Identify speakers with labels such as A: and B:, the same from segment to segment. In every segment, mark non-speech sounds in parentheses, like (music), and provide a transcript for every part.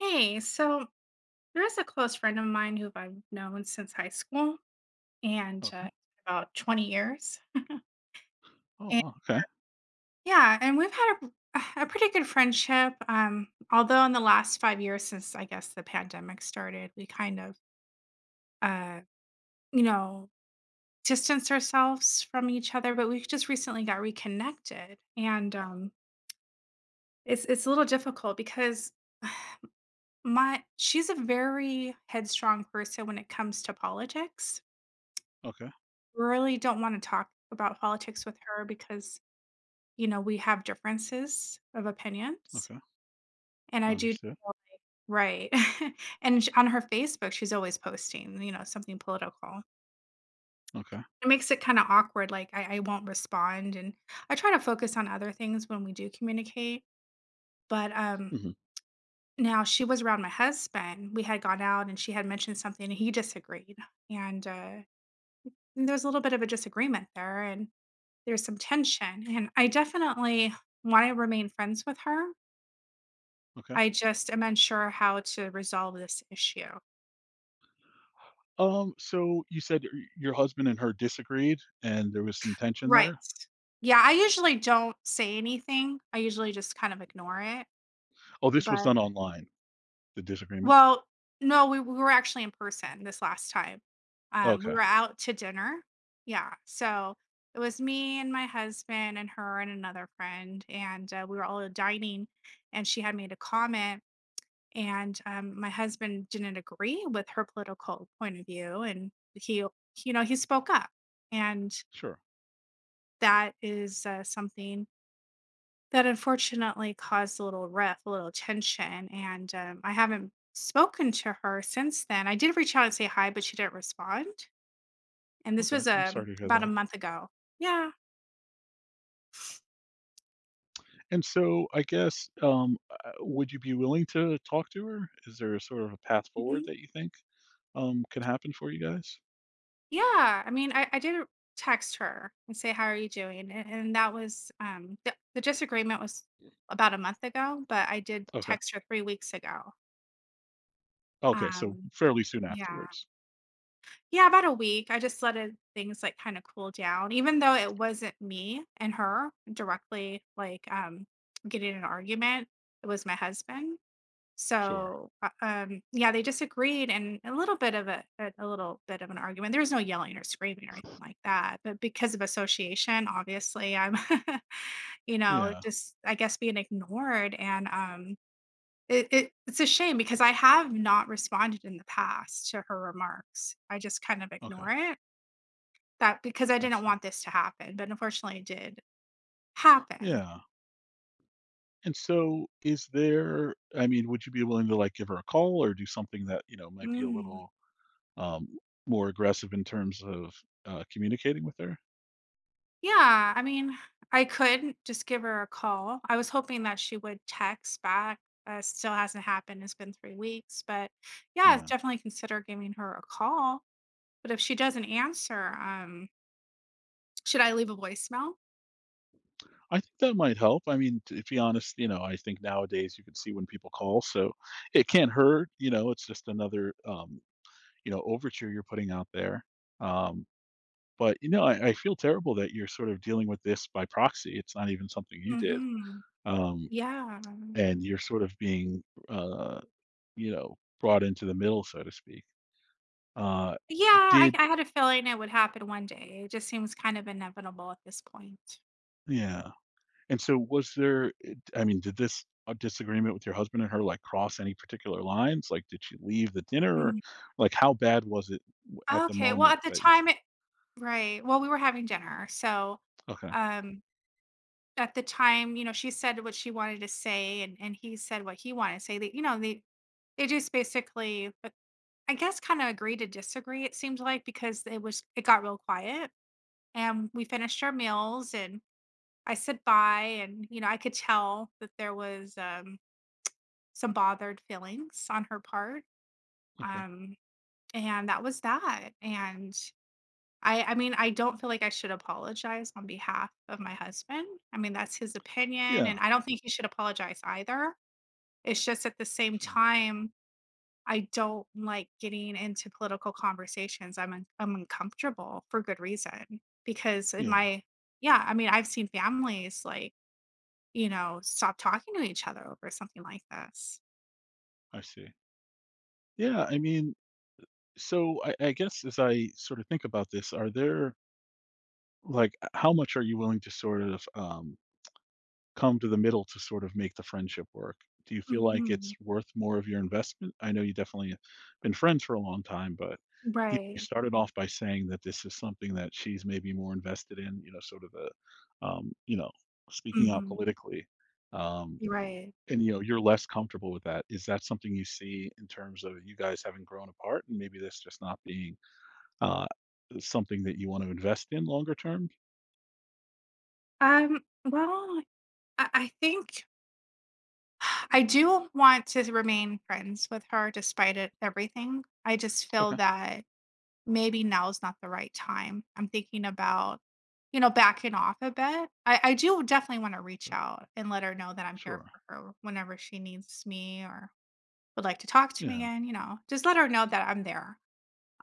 A: Hey, so there is a close friend of mine who I've known since high school and
B: Okay.
A: about 20 years.
B: Oh,
A: And
B: oh, okay.
A: yeah, and we've had a pretty good friendship. Although in the last five years since I guess the pandemic started, we uh, you know, distanced ourselves from each other, but we just recently got reconnected. And it's a little difficult because (sighs) my she's a very headstrong person when it comes to politics.
B: Okay.
A: Really don't wanna talk about politics with her because, you know, we have differences of opinions,
B: Okay.
A: and I do.
B: Understood.
A: Right. (laughs) And sh on her Facebook, she's always posting, you know, something political.
B: Okay.
A: It makes it kinda awkward, like, I won't respond, and I try to focus on other things when we do communicate, but,
B: Mhm.
A: now she was around my husband, we had gone out, and she had mentioned something, and he disagreed, and there was a little bit of a disagreement there, and there's some tension, and I definitely wanna remain friends with her.
B: Okay.
A: I just am unsure how to resolve this issue.
B: So you said your husband and her disagreed and there was some tension
A: Right.
B: there?
A: Yeah, I usually don't say anything. I usually just kind of ignore it,
B: Oh, this was
A: but
B: done online, the disagreement?
A: well, no, we were actually in person this last time. We
B: Okay.
A: were out to dinner. Yeah, so it was me and my husband and her and another friend, and, we were all dining, and she had made a comment and my husband didn't agree with her political point of view and he, you know, he spoke up, and
B: Sure.
A: that is something that unfortunately caused a little rift, a little tension, and I haven't spoken to her since then. I did reach out and say hi but she didn't respond, and this
B: Okay.
A: was
B: I'm sorry to hear
A: about a
B: that.
A: month ago. Yeah.
B: And so I guess, would you be willing to talk to her? Is there a sort of a path
A: Mm-hmm.
B: forward that you think, can happen for you guys?
A: Yeah, I mean, I did text her and say, "How are you doing?" And that was the disagreement was about a month ago, but I did
B: Okay.
A: text her 3 weeks ago.
B: Okay. So
A: Um,
B: fairly soon
A: yeah.
B: afterwards.
A: Yeah, about a week. I just let it, things like kind of cool down even though it wasn't me and her directly like getting in an argument. It was my husband.
B: Sure.
A: So, yeah, they disagreed and a little bit of a little bit of an argument. There was no yelling or screaming or anything like that, but because of association, obviously, I'm, (laughs) you know,
B: Yeah.
A: just, I guess, being ignored, and, it's a shame because I have not responded in the past to her remarks. I just kind of
B: Okay.
A: ignore it, that because I
B: I
A: didn't
B: see.
A: want this to happen, but unfortunately, it did happen.
B: Yeah. And so is there, would you be willing to, like, give her a call or do something that, you know, might be a
A: Mm.
B: little, um, more aggressive in terms of, communicating with her?
A: Yeah, I mean, I could just give her a call. I was hoping that she would text back. Still hasn't happened. It's been 3 weeks, but yeah,
B: Yeah.
A: definitely consider giving her a call. But if she doesn't answer, should I leave a voicemail?
B: I think that might help. I mean, to be honest, you know, I think nowadays you can see when people call, so it can't hurt, you know, it's just another, you know, overture you're putting out there. Um, but, you know, I feel terrible that you're sort of dealing with this by proxy. It's not even something you did.
A: Mm-hmm.
B: Um,
A: Yeah.
B: and you're sort of being, uh you know, brought into the middle, so to speak. Uh,
A: Yeah, I,
B: did
A: I had a feeling it would happen one day. It just seems kind of inevitable at this point.
B: Yeah. And so was there, I mean, did this, disagreement with your husband and her, like, cross any particular lines? Like, did she leave the dinner? Or,
A: Mm.
B: like, how bad was it w at the
A: Okay. Well,
B: moment
A: at the
B: that you s
A: time, right. Well, we were having dinner, so
B: Okay,
A: um at the time, you know, she said what she wanted to say and he said what he wanted to say. That, you know, they just basically but I guess kind of agree to disagree, it seemed like, because it was it got real quiet and we finished our meals and I said bye and you know, I could tell that there was some bothered feelings on her part.
B: okay.
A: Um and that was that. And I mean, I don't feel like I should apologize on behalf of my husband. I mean, that's his opinion
B: Yeah,
A: and I don't think he should apologize either. It's just at the same
B: sure.
A: time, I don't like getting into political conversations. I'm uncomfortable for good reason because in
B: Yeah,
A: my yeah, I mean, I've seen families like, you know, stop talking to each other over something like this.
B: I see. Yeah, I mean, so I guess as I sort of think about this, are there like, how much are you willing to sort of, um come to the middle to sort of make the friendship work? Do you feel like it's
A: Mhm.
B: worth more of your investment? I know you definitely been friends for a long time, but you
A: Right.
B: started off by saying that this is something that she's maybe more invested in, you know, sort of the, you know, speaking out
A: Mhm.
B: politically. Um,
A: Right.
B: and you know, you're less comfortable with that. Is that something you see in terms of you guys having grown apart and maybe this just not being uh, something that you want to invest in longer term?
A: Well, I think (sighs) I do want to remain friends with her despite it, everything. I just feel
B: Okay.
A: that maybe now's not the right time. I'm thinking about, you know, backing off a bit. I do definitely want to reach
B: Yeah,
A: out and let her know that I'm here
B: sure.
A: for her whenever she needs me or would like to talk to me
B: Yeah.
A: again. You know, just let her know that I'm there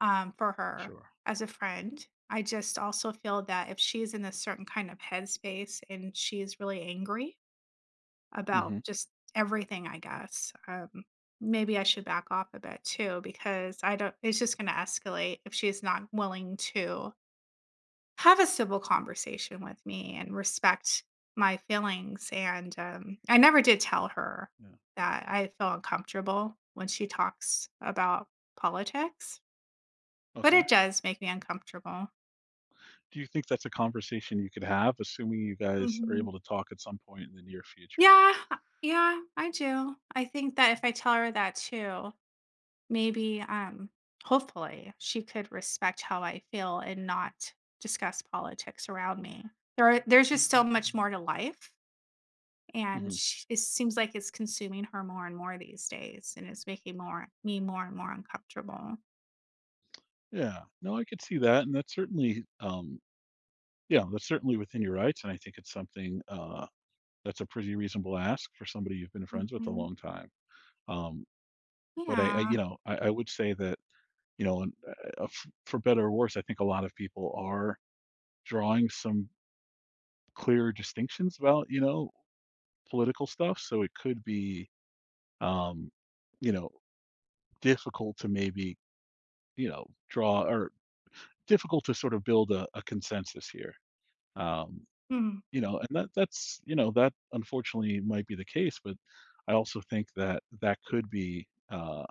A: for her
B: Sure.
A: as a friend. I just also feel that if she's in a certain kind of headspace and she's really angry, about
B: Hmm.
A: just everything, I guess. Maybe I should back off a bit too because I don't it's just going to escalate if she's not willing to have a civil conversation with me and respect my feelings and I never did tell her
B: Yeah.
A: that I feel uncomfortable when she talks about politics, but
B: Okay.
A: it does make me uncomfortable.
B: Do you think that's a conversation you could have, assuming you guys are
A: Mhm.
B: able to talk at some point in the near future?
A: Yeah, yeah, I do. I think that if I tell her that too, maybe, hopefully, she could respect how I feel and not discuss politics around me. There are there's just so much more to life, and
B: Mhm.
A: sh it seems like it's consuming her more and more these days, and it's making more me more and more uncomfortable.
B: Yeah. No, I could see that, and that's certainly, yeah, that's certainly within your rights, and I think it's something, that's a pretty reasonable ask for somebody you've been friends with a
A: Mhm.
B: long time. Um, but I,
A: Yeah.
B: you know, I would say that, you know, and, f for better or worse, I think a lot of people are drawing some clear distinctions about, you know, political stuff, so it could be, um, you know, difficult to maybe, you know, draw or difficult to sort of build a consensus here. Um,
A: Mm,
B: you know, and that's, you know, that unfortunately might be the case, but I also think that that could be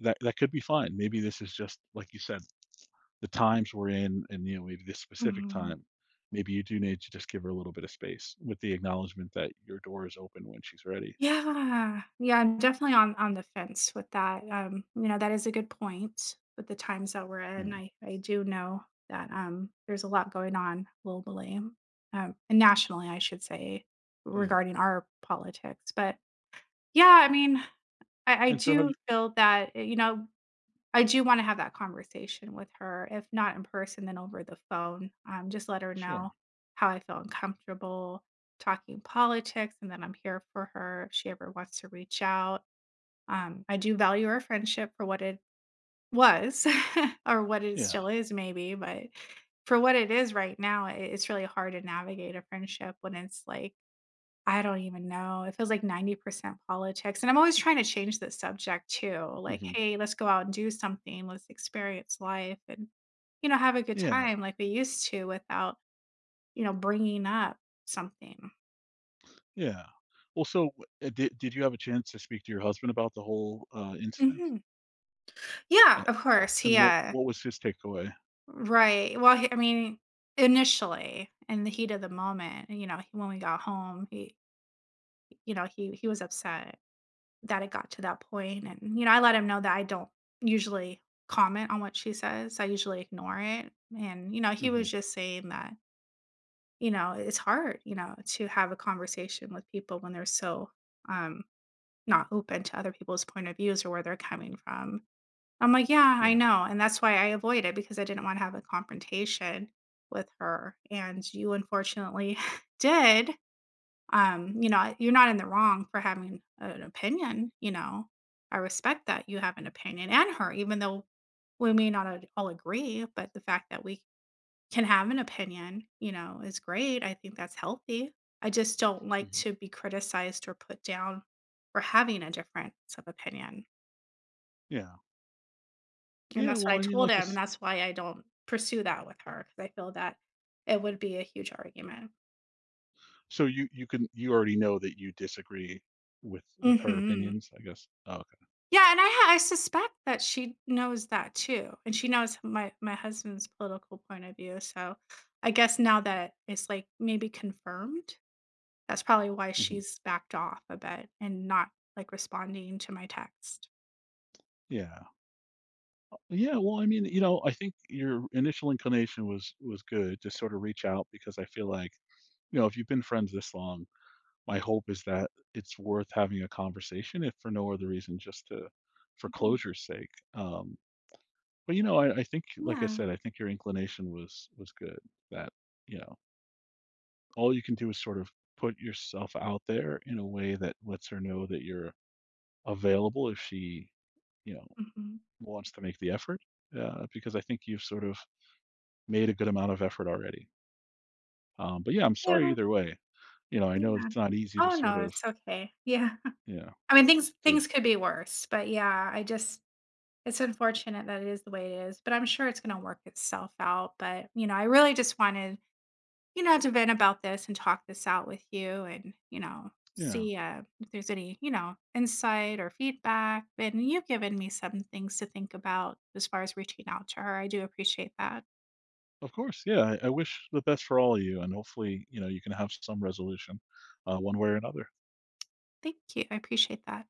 B: that that could be fine. Maybe this is just like you said, the times we're in and you know, maybe this specific
A: mhm.
B: time, maybe you do need to just give her a little bit of space with the acknowledgement that your door is open when she's ready.
A: Yeah. Yeah, I'm definitely on the fence with that, you know, that is a good point with the times that we're in.
B: Yeah.
A: I do know that, there's a lot going on globally, and nationally, I should say,
B: Yeah.
A: regarding our politics, but yeah, I mean, I
B: And so have
A: do
B: you
A: feel that, you know, I do wanna have that conversation with her, if not in person, then over the phone, just let her know
B: sure.
A: how I feel uncomfortable talking politics and that I'm here for her if she ever wants to reach out. I do value our friendship for what it was (laughs) or what it
B: Yeah.
A: still is maybe, but for what it is right now, I it's really hard to navigate a friendship when it's like I don't even know. It feels like 90% politics, and I'm always trying to change the subject too, like,
B: Hmm.
A: "Hey, let's go out and do something, let's experience life and, you know, have a good
B: Yeah.
A: time like we used to without, you know, bringing up something."
B: Yeah. Well, so, did you have a chance to speak to your husband about the whole, incident?
A: Mhm. Yeah,
B: A
A: of course,
B: and what
A: yeah.
B: was his takeaway?
A: Right. Well, he I mean, initially, in the heat of the moment, you know, when we got home, he, you know, he was upset that it got to that point, and, you know, I let him know that I don't usually comment on what she says, I usually ignore it, and, you know, he
B: Mhm.
A: was just saying that, you know, it's hard, you know, to have a conversation with people when they're so, um, not open to other people's point of views or where they're coming from. I'm like, "Yeah, I
B: Yeah.
A: know," and that's why I avoid it because I didn't wanna have a confrontation with her, and you unfortunately (laughs) did, you know, you're not in the wrong for having an opinion, you know. I respect that you have an opinion and her, even though we may not all agree, but the fact that we can have an opinion, you know, is great. I think that's healthy. I just don't like
B: Mhm.
A: to be criticized or put down for having a difference of opinion.
B: Yeah.
A: And
B: Yeah,
A: that's what
B: well,
A: I
B: I mean,
A: told
B: like,
A: him. And
B: it's
A: that's why I don't pursue that with her because I feel that it would be a huge argument.
B: so you can you already know that you disagree with her
A: Mhm.
B: opinions, I guess? Oh, okay.
A: Yeah, and I suspect that she knows that too, and she knows my husband's political point of view, so I guess now that it's, like, maybe confirmed, that's probably why
B: Mhm.
A: she's backed off a bit and not, like, responding to my text.
B: Yeah. Yeah, well, I mean, you know, I think your initial inclination was good to sort of reach out because I feel like, you know, if you've been friends this long my hope is that it's worth having a conversation, if for no other reason, just to for
A: Mhm.
B: closure's sake. But you know, I think, like I
A: Yeah.
B: said, I think your inclination was good. That you know, all you can do is sort of put yourself out there in a way that lets her know that you're available if she, you know,
A: Mhm.
B: wants to make the effort. Because I think you've sort of made a good amount of effort already. But yeah, I'm sorry
A: Yeah,
B: either way. You know, I know
A: yeah.
B: it's not easy to
A: Oh,
B: sort
A: no,
B: of,
A: it's okay. Yeah.
B: you know,
A: (laughs) I mean,
B: to
A: things could be worse, but yeah, I just it's unfortunate that it is the way it is, but I'm sure it's gonna work itself out, but, you know, I really just wanted, you know, to vent about this and talk this out with you and, you know,
B: you know
A: see if there's any, you know, insight or feedback. And you've given me some things to think about as far as reaching out to her. I do appreciate that.
B: Of course, yeah, I wish the best for all of you, and hopefully, you know, you can have some resolution, one way or another.
A: Thank you. I appreciate that.